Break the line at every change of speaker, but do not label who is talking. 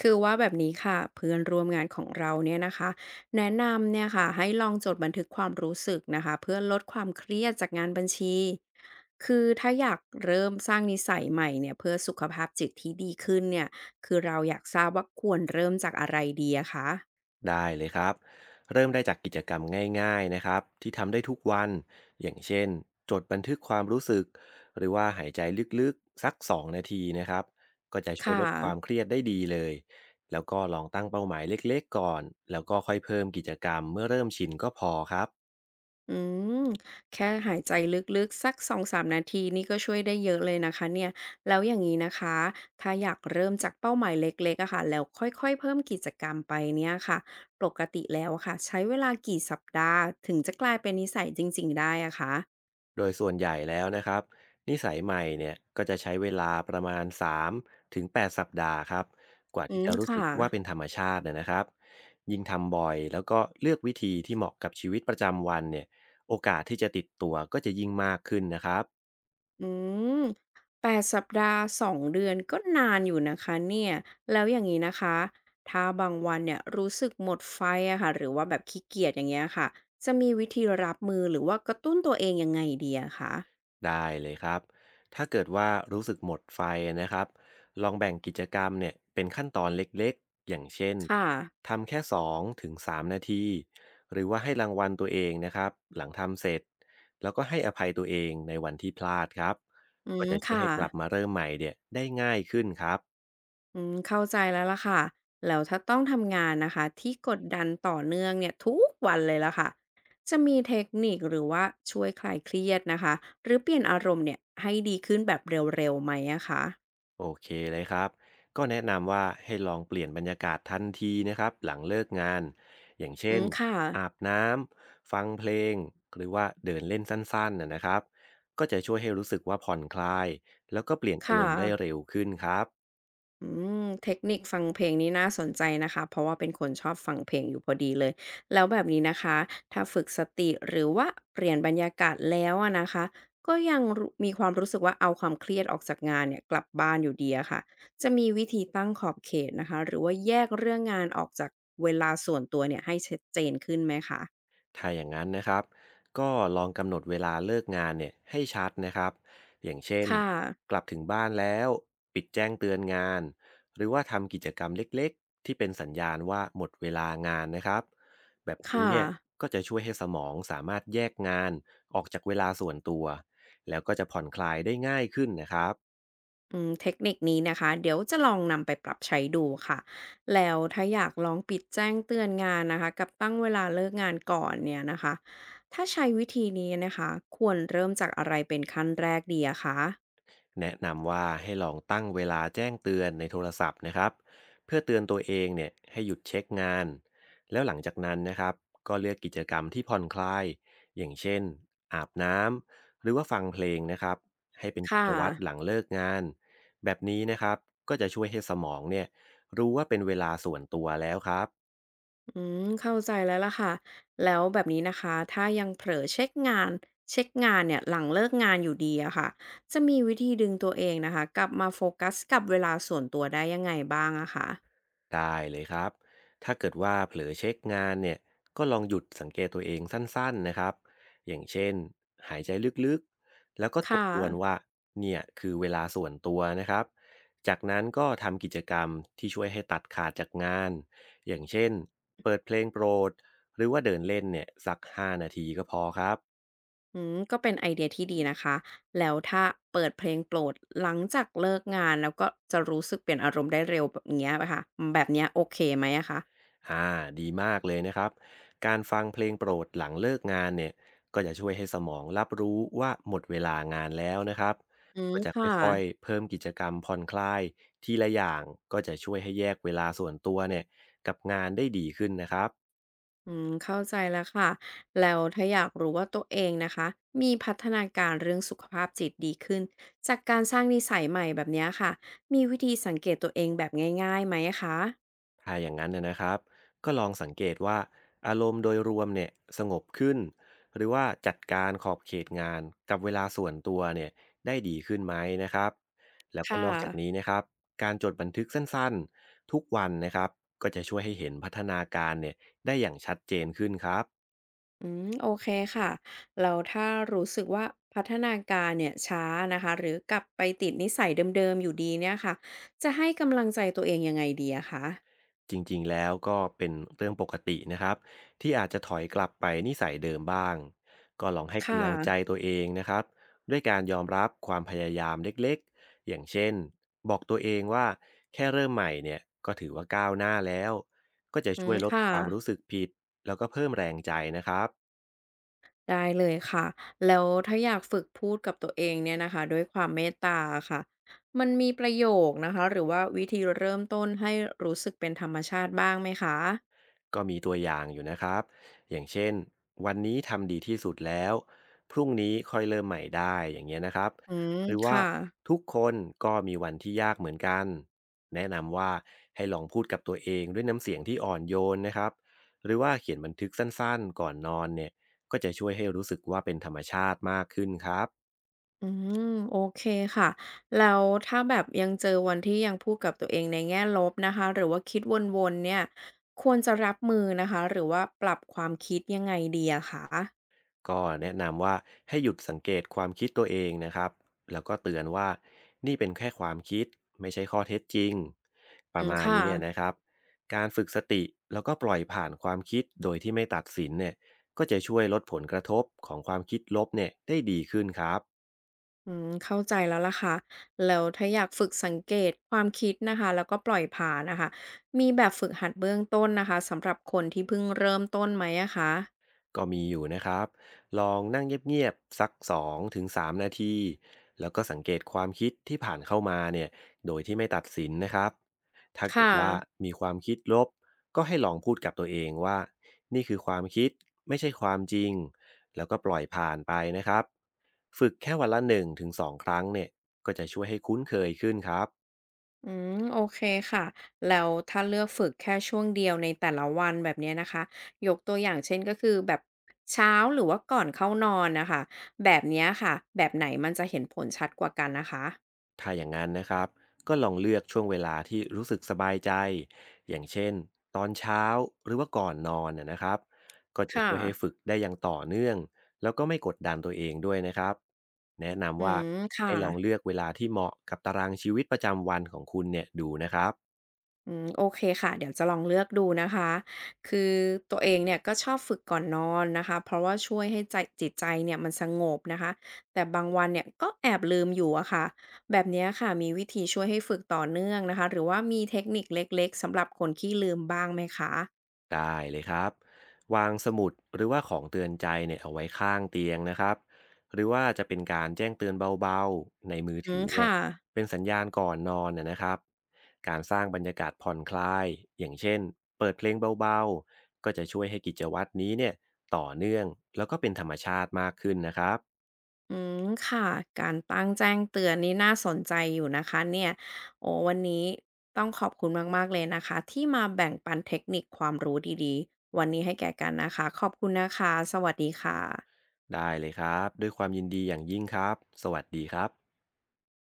คือว่าแบบนี้ค่ะเพื่อนร่วมงานของเราเนี่ยนะคะแนะนำเนี่ยค่ะให้ลองจดบันทึกความรู้สึกนะคะเพื่อลดความเครียดจากงานบัญชีคือถ้าอยากเริ่มสร้างนิสัยใหม่เนี่ยเพื่อสุขภาพจิตที่ดีขึ้นเนี่ยคือเราอยากทราบว่าควรเริ่มจากอะไรดีอะคะ
ได้เลยครับเริ่มได้จากกิจกรรมง่ายๆนะครับที่ทำได้ทุกวันอย่างเช่นจดบันทึกความรู้สึกหรือว่าหายใจลึกๆสัก2นาทีนะครับก็จะช่วย
ค่ะ
ลดความเครียดได้ดีเลยแล้วก็ลองตั้งเป้าหมายเล็กๆก่อนแล้วก็ค่อยเพิ่มกิจกรรมเมื่อเริ่มชินก็พอครับ
อืมแค่หายใจลึกๆสัก2-3นาทีนี่ก็ช่วยได้เยอะเลยนะคะเนี่ยแล้วอย่างนี้นะคะถ้าอยากเริ่มจากเป้าหมายเล็กๆอะค่ะแล้วค่อยๆเพิ่มกิจกรรมไปเนี่ยค่ะปกติแล้วอะค่ะใช้เวลากี่สัปดาห์ถึงจะกลายเป็นนิสัยจริงๆได้อะคะ
โดยส่วนใหญ่แล้วนะครับนิสัยใหม่เนี่ยก็จะใช้เวลาประมาณ3ถึง8สัปดาห์ครับกว่า
อื
ที่
ม
จะรู้สึ
ค่ะ
กว่าเป็นธรรมชาตินะครับยิ่งทำบ่อยแล้วก็เลือกวิธีที่เหมาะกับชีวิตประจำวันเนี่ยโอกาสที่จะติดตัวก็จะยิ่งมากขึ้นนะครับ
อืม8 สัปดาห์ 2 เดือนก็นานอยู่นะคะเนี่ยแล้วอย่างนี้นะคะถ้าบางวันเนี่ยรู้สึกหมดไฟอะค่ะ หรือว่าแบบขี้เกียจอย่างเงี้ยค่ะ จะมีวิธีรับมือหรือว่ากระตุ้นตัวเองยังไงดีอะคะ
ได้เลยครับ ถ้าเกิดว่ารู้สึกหมดไฟนะครับลองแบ่งกิจกรรมเนี่ยเป็นขั้นตอนเล็กๆ อย่างเช่น
ค่ะ
ทำแค่2ถึง3นาที หรือว่าให้รางวัลตัวเองนะครับหลังทำเสร็จแล้วก็ให้อภัยตัวเองในวันที่พลาดครับ
อื
ก็
ม
จะช่วย
ค่ะ
ให้กลับมาเริ่มใหม่เนี่ยได้ง่ายขึ้นครับ
อืมเข้าใจแล้วล่ะค่ะ แล้วถ้าต้องทำงานนะคะที่กดดันต่อเนื่องเนี่ยทุกวันเลยล่ะค่ะ จะมีเทคนิคหรือว่าช่วยคลายเครียดนะคะหรือเปลี่ยนอารมณ์เนี่ยให้ดีขึ้นแบบเร็วๆไหมอะคะ
โอเคเลยครับก็แนะนำว่าให้ลองเปลี่ยนบรรยากาศทันทีนะครับหลังเลิกงาน อย่าง
อื
เช่น
มค่ะ
อาบน้ำฟังเพลงหรือว่าเดินเล่นสั้นๆนะครับก็จะช่วยให้รู้สึกว่าผ่อนคลายแล้วก็เปลี่ยนอาร
ค่ะ
มณ์ได้เร็วขึ้นครับ
อืมเทคนิคฟังเพลงนี้น่าสนใจนะคะเพราะว่าเป็นคนชอบฟังเพลงอยู่พอดีเลยแล้วแบบนี้นะคะถ้าฝึกสติหรือว่าเปลี่ยนบรรยากาศแล้วอะนะคะก็ยังรมีความรู้สึกว่าเอาความเครียดออกจากงานเนี่ยกลับบ้านอยู่ดีอะค่ะจะมีวิธีตั้งขอบเขตนะคะหรือว่าแยกเรื่องงานออกจากเวลาส่วนตัวเนี่ยให้ชัดเจนขึ้นไหมคะ
ถ้าอย่างนั้นนะครับก็ลองกำหนดเวลาเลิกงานเนี่ยให้ชัดนะครับอย่างเช่น
ค่ะ
กลับถึงบ้านแล้วปิดแจ้งเตือนงาน หรือว่าทำกิจกรรมเล็กๆที่เป็นสัญญาณว่าหมดเวลางานนะครับแบบนี้
ค่ะ
เนี่ยก็จะช่วยให้สมองสามารถแยกงานออกจากเวลาส่วนตัว แล้วก็จะผ่อนคลายได้ง่ายขึ้นนะครับ
อืมเทคนิคนี้นะคะเดี๋ยวจะลองนำไปปรับใช้ดูค่ะแล้วถ้าอยากลองปิดแจ้งเตือนงานนะคะกับตั้งเวลาเลิกงานก่อนเนี่ยนะคะถ้าใช้วิธีนี้นะคะควรเริ่มจากอะไรเป็นขั้นแรกดีอะคะ
แนะนำว่าให้ลองตั้งเวลาแจ้งเตือนในโทรศัพท์นะครับเพื่อเตือนตัวเองเนี่ยให้หยุดเช็คงานแล้วหลังจากนั้นนะครับก็เลือกกิจกรรมที่ผ่อนคลายอย่างเช่นอาบน้ำหรือว่าฟังเพลงนะครับให้เป็นกิ
ค่ะ
จวัตรหลังเลิกงานแบบนี้นะครับก็จะช่วยให้สมองเนี่ยรู้ว่าเป็นเวลาส่วนตัวแล้วครับ
อืมเข้าใจแล้วล่ะค่ะแล้วแบบนี้นะคะถ้ายังเผลอเช็คงานเนี่ยหลังเลิกงานอยู่ดีอะค่ะจะมีวิธีดึงตัวเองนะคะกลับมาโฟกัสกับเวลาส่วนตัวได้ยังไงบ้างอะคะ
ได้เลยครับ ถ้าเกิดว่าเผลอเช็คงานเนี่ยก็ลองหยุดสังเกตตัวเองสั้นๆนะครับอย่างเช่นหายใจลึกๆแล้วก็ทบ
ค่ะ
ทวนว่าเนี่ยคือเวลาส่วนตัวนะครับจากนั้นก็ทำกิจกรรมที่ช่วยให้ตัดขาดจากงาน อย่างเช่นเปิดเพลงโปรดหรือว่าเดินเล่นเนี่ยสัก5นาทีก็พอครับ
อืมก็เป็นไอเดียที่ดีนะคะแล้วถ้าเปิดเพลงโปรดหลังจากเลิกงานแล้วก็จะรู้สึกเปลี่ยนอารมณ์ได้เร็วแบบเนี้ยค่ะแบบเนี้ยโอเคไหมอะคะ
อ่าดีมากเลยนะครับการฟังเพลงโปรดหลังเลิกงานเนี่ยก็จะช่วยให้สมองรับรู้ว่าหมดเวลางานแล้วนะครับ
อืม
ก็จะค
ค่ะ
่อยๆเพิ่มกิจกรรมผ่อนคลายทีละอย่างก็จะช่วยให้แยกเวลาส่วนตัวเนี่ยกับงานได้ดีขึ้นนะครับ
อืมเข้าใจแล้วค่ะแล้วถ้าอยากรู้ว่าตัวเองนะคะมีพัฒนาการเรื่องสุขภาพจิตดีขึ้นจากการสร้างนิสัยใหม่แบบเนี้ยค่ะมีวิธีสังเกตตัวเองแบบง่ายๆไหมอะคะ
ถ้าอย่างนั้นนะครับก็ลองสังเกตว่าอารมณ์โดยรวมเนี่ยสงบขึ้นหรือว่าจัดการขอบเขตงานกับเวลาส่วนตัวเนี่ยได้ดีขึ้นไหมนะครับแล้วก็
ค่ะ
นอกจากนี้นะครับการจดบันทึกสั้นๆทุกวันนะครับก็จะช่วยให้เห็นพัฒนาการเนี่ยได้อย่างชัดเจนขึ้นครับ
อืมโอเคค่ะแล้วถ้ารู้สึกว่าพัฒนาการเนี่ยช้านะคะหรือกลับไปติดนิสัยเดิมๆอยู่ดีเนี่ยค่ะจะให้กำลังใจตัวเองยังไงดีอะคะ
จริงๆแล้วก็เป็นเรื่องปกตินะครับที่อาจจะถอยกลับไปนิสัยเดิมบ้างก็ลองให้
ค่ะ
กำลังใจตัวเองนะครับด้วยการยอมรับความพยายามเล็กๆอย่างเช่นบอกตัวเองว่าแค่เริ่มใหม่เนี่ยก็ถือว่าก้าวหน้าแล้วก็จะ
อื
ช่ว
ม
ยลด
ค่ะ
ความรู้สึกผิดแล้วก็เพิ่มแรงใจนะครับ
ได้เลยค่ะแล้วถ้าอยากฝึกพูดกับตัวเองเนี่ยนะคะด้วยความเมตตาอะค่ะมันมีประโยคนะคะหรือว่าวิธีเริ่มต้นให้รู้สึกเป็นธรรมชาติบ้างไหมคะ
ก็มีตัวอย่างอยู่นะครับ อย่างเช่นวันนี้ทำดีที่สุดแล้วพรุ่งนี้ค่อยเริ่มใหม่ได้อย่างเงี้ยนะครับ
อืม
หรือว่า
ค่ะ
ทุกคนก็มีวันที่ยากเหมือนกัน แนะนำว่าให้ลองพูดกับตัวเองด้วยน้ำเสียงที่อ่อนโยนนะครับหรือว่าเขียนบันทึกสั้นๆก่อนนอนเนี่ยก็จะช่วยให้รู้สึกว่าเป็นธรรมชาติมากขึ้นครับ
อืมโอเคค่ะแล้วถ้าแบบยังเจอวันที่ยังพูดกับตัวเองในแง่ลบนะคะหรือว่าคิดวนๆเนี่ยควรจะรับมือนะคะหรือว่าปรับความคิดยังไงดีอะคะ
ก็แนะนำว่าให้หยุดสังเกตความคิดตัวเองนะครับแล้วก็เตือนว่านี่เป็นแค่ความคิดไม่ใช่ข้อเท็จจริงป
อื
ระ
ม
มาณ
ค่ะ
นี้นะครับการฝึกสติแล้วก็ปล่อยผ่านความคิดโดยที่ไม่ตัดสินเนี่ยก็จะช่วยลดผลกระทบของความคิดลบเนี่ยได้ดีขึ้นครับ
อืมเข้าใจแล้วล่ะค่ะแล้วถ้าอยากฝึกสังเกตความคิดนะคะแล้วก็ปล่อยผ่านนะคะมีแบบฝึกหัดเบื้องต้นนะคะสำหรับคนที่เพิ่งเริ่มต้นไหมอะคะ
ก็มีอยู่นะครับลองนั่งเงียบๆสักสองถึงสามนาทีแล้วก็สังเกตความคิดที่ผ่านเข้ามาเนี่ยโดยที่ไม่ตัดสินนะครับถ้าเกิ
ค่ะ
ดว่ามีความคิดลบก็ให้ลองพูดกับตัวเองว่านี่คือความคิดไม่ใช่ความจริงแล้วก็ปล่อยผ่านไปนะครับฝึกแค่วันละ1-2ครั้งเนี่ยก็จะช่วยให้คุ้นเคยขึ้นครับ
อืมโอเคค่ะแล้วถ้าเลือกฝึกแค่ช่วงเดียวในแต่ละวันแบบเนี้ยนะคะยกตัวอย่างเช่นก็คือแบบเช้าหรือว่าก่อนเข้านอนนะคะแบบเนี้ยค่ะแบบไหนมันจะเห็นผลชัดกว่ากันนะคะ
ถ้าอย่างนั้นนะครับก็ลองเลือกช่วงเวลาที่รู้สึกสบายใจอย่างเช่นตอนเช้าหรือว่าก่อนนอนนะครับก็จะ
ค่ะ
ช่วยให้ฝึกได้อย่างต่อเนื่องแล้วก็ไม่กดดันตัวเองด้วยนะครับแนะ
อื
นำว่า
มค่ะ
ให้ลองเลือกเวลาที่เหมาะกับตารางชีวิตประจำวันของคุณเนี่ยดูนะครับ
อืมโอเคค่ะเดี๋ยวจะลองเลือกดูนะคะคือตัวเองเนี่ยก็ชอบฝึกก่อนนอนนะคะเพราะว่าช่วยให้ใจจิตใจเนี่ยมันสงบนะคะแต่บางวันเนี่ยก็แอบลืมอยู่อะค่ะแบบเนี้ยค่ะมีวิธีช่วยให้ฝึกต่อเนื่องนะคะหรือว่ามีเทคนิคเล็กๆสำหรับคนขี้ลืมบ้างไหมคะ
ได้เลยครับวางสมุดหรือว่าของเตือนใจเนี่ยเอาไว้ข้างเตียงนะครับหรือว่าจะเป็นการแจ้งเตือนเบาๆในมือ
อื
ถื
ม
อเนี่ย
ค่ะ
เป็นสัญญาณก่อนนอนนะครับการสร้างบรรยากาศผ่อนคลายอย่างเช่นเปิดเพลงเบาๆก็จะช่วยให้กิจวัตรนี้เนี่ยต่อเนื่องแล้วก็เป็นธรรมชาติมากขึ้นนะครับ
อืมค่ะการตั้งแจ้งเตือนนี่น่าสนใจอยู่นะคะเนี่ยโอ้วันนี้ต้องขอบคุณมากๆเลยนะคะที่มาแบ่งปันเทคนิคความรู้ดีๆวันนี้ให้แก่กันนะคะขอบคุณนะคะสวัสดีค่ะ
ได้เลยครับด้วยความยินดีอย่างยิ่งครับสวัสดีครับ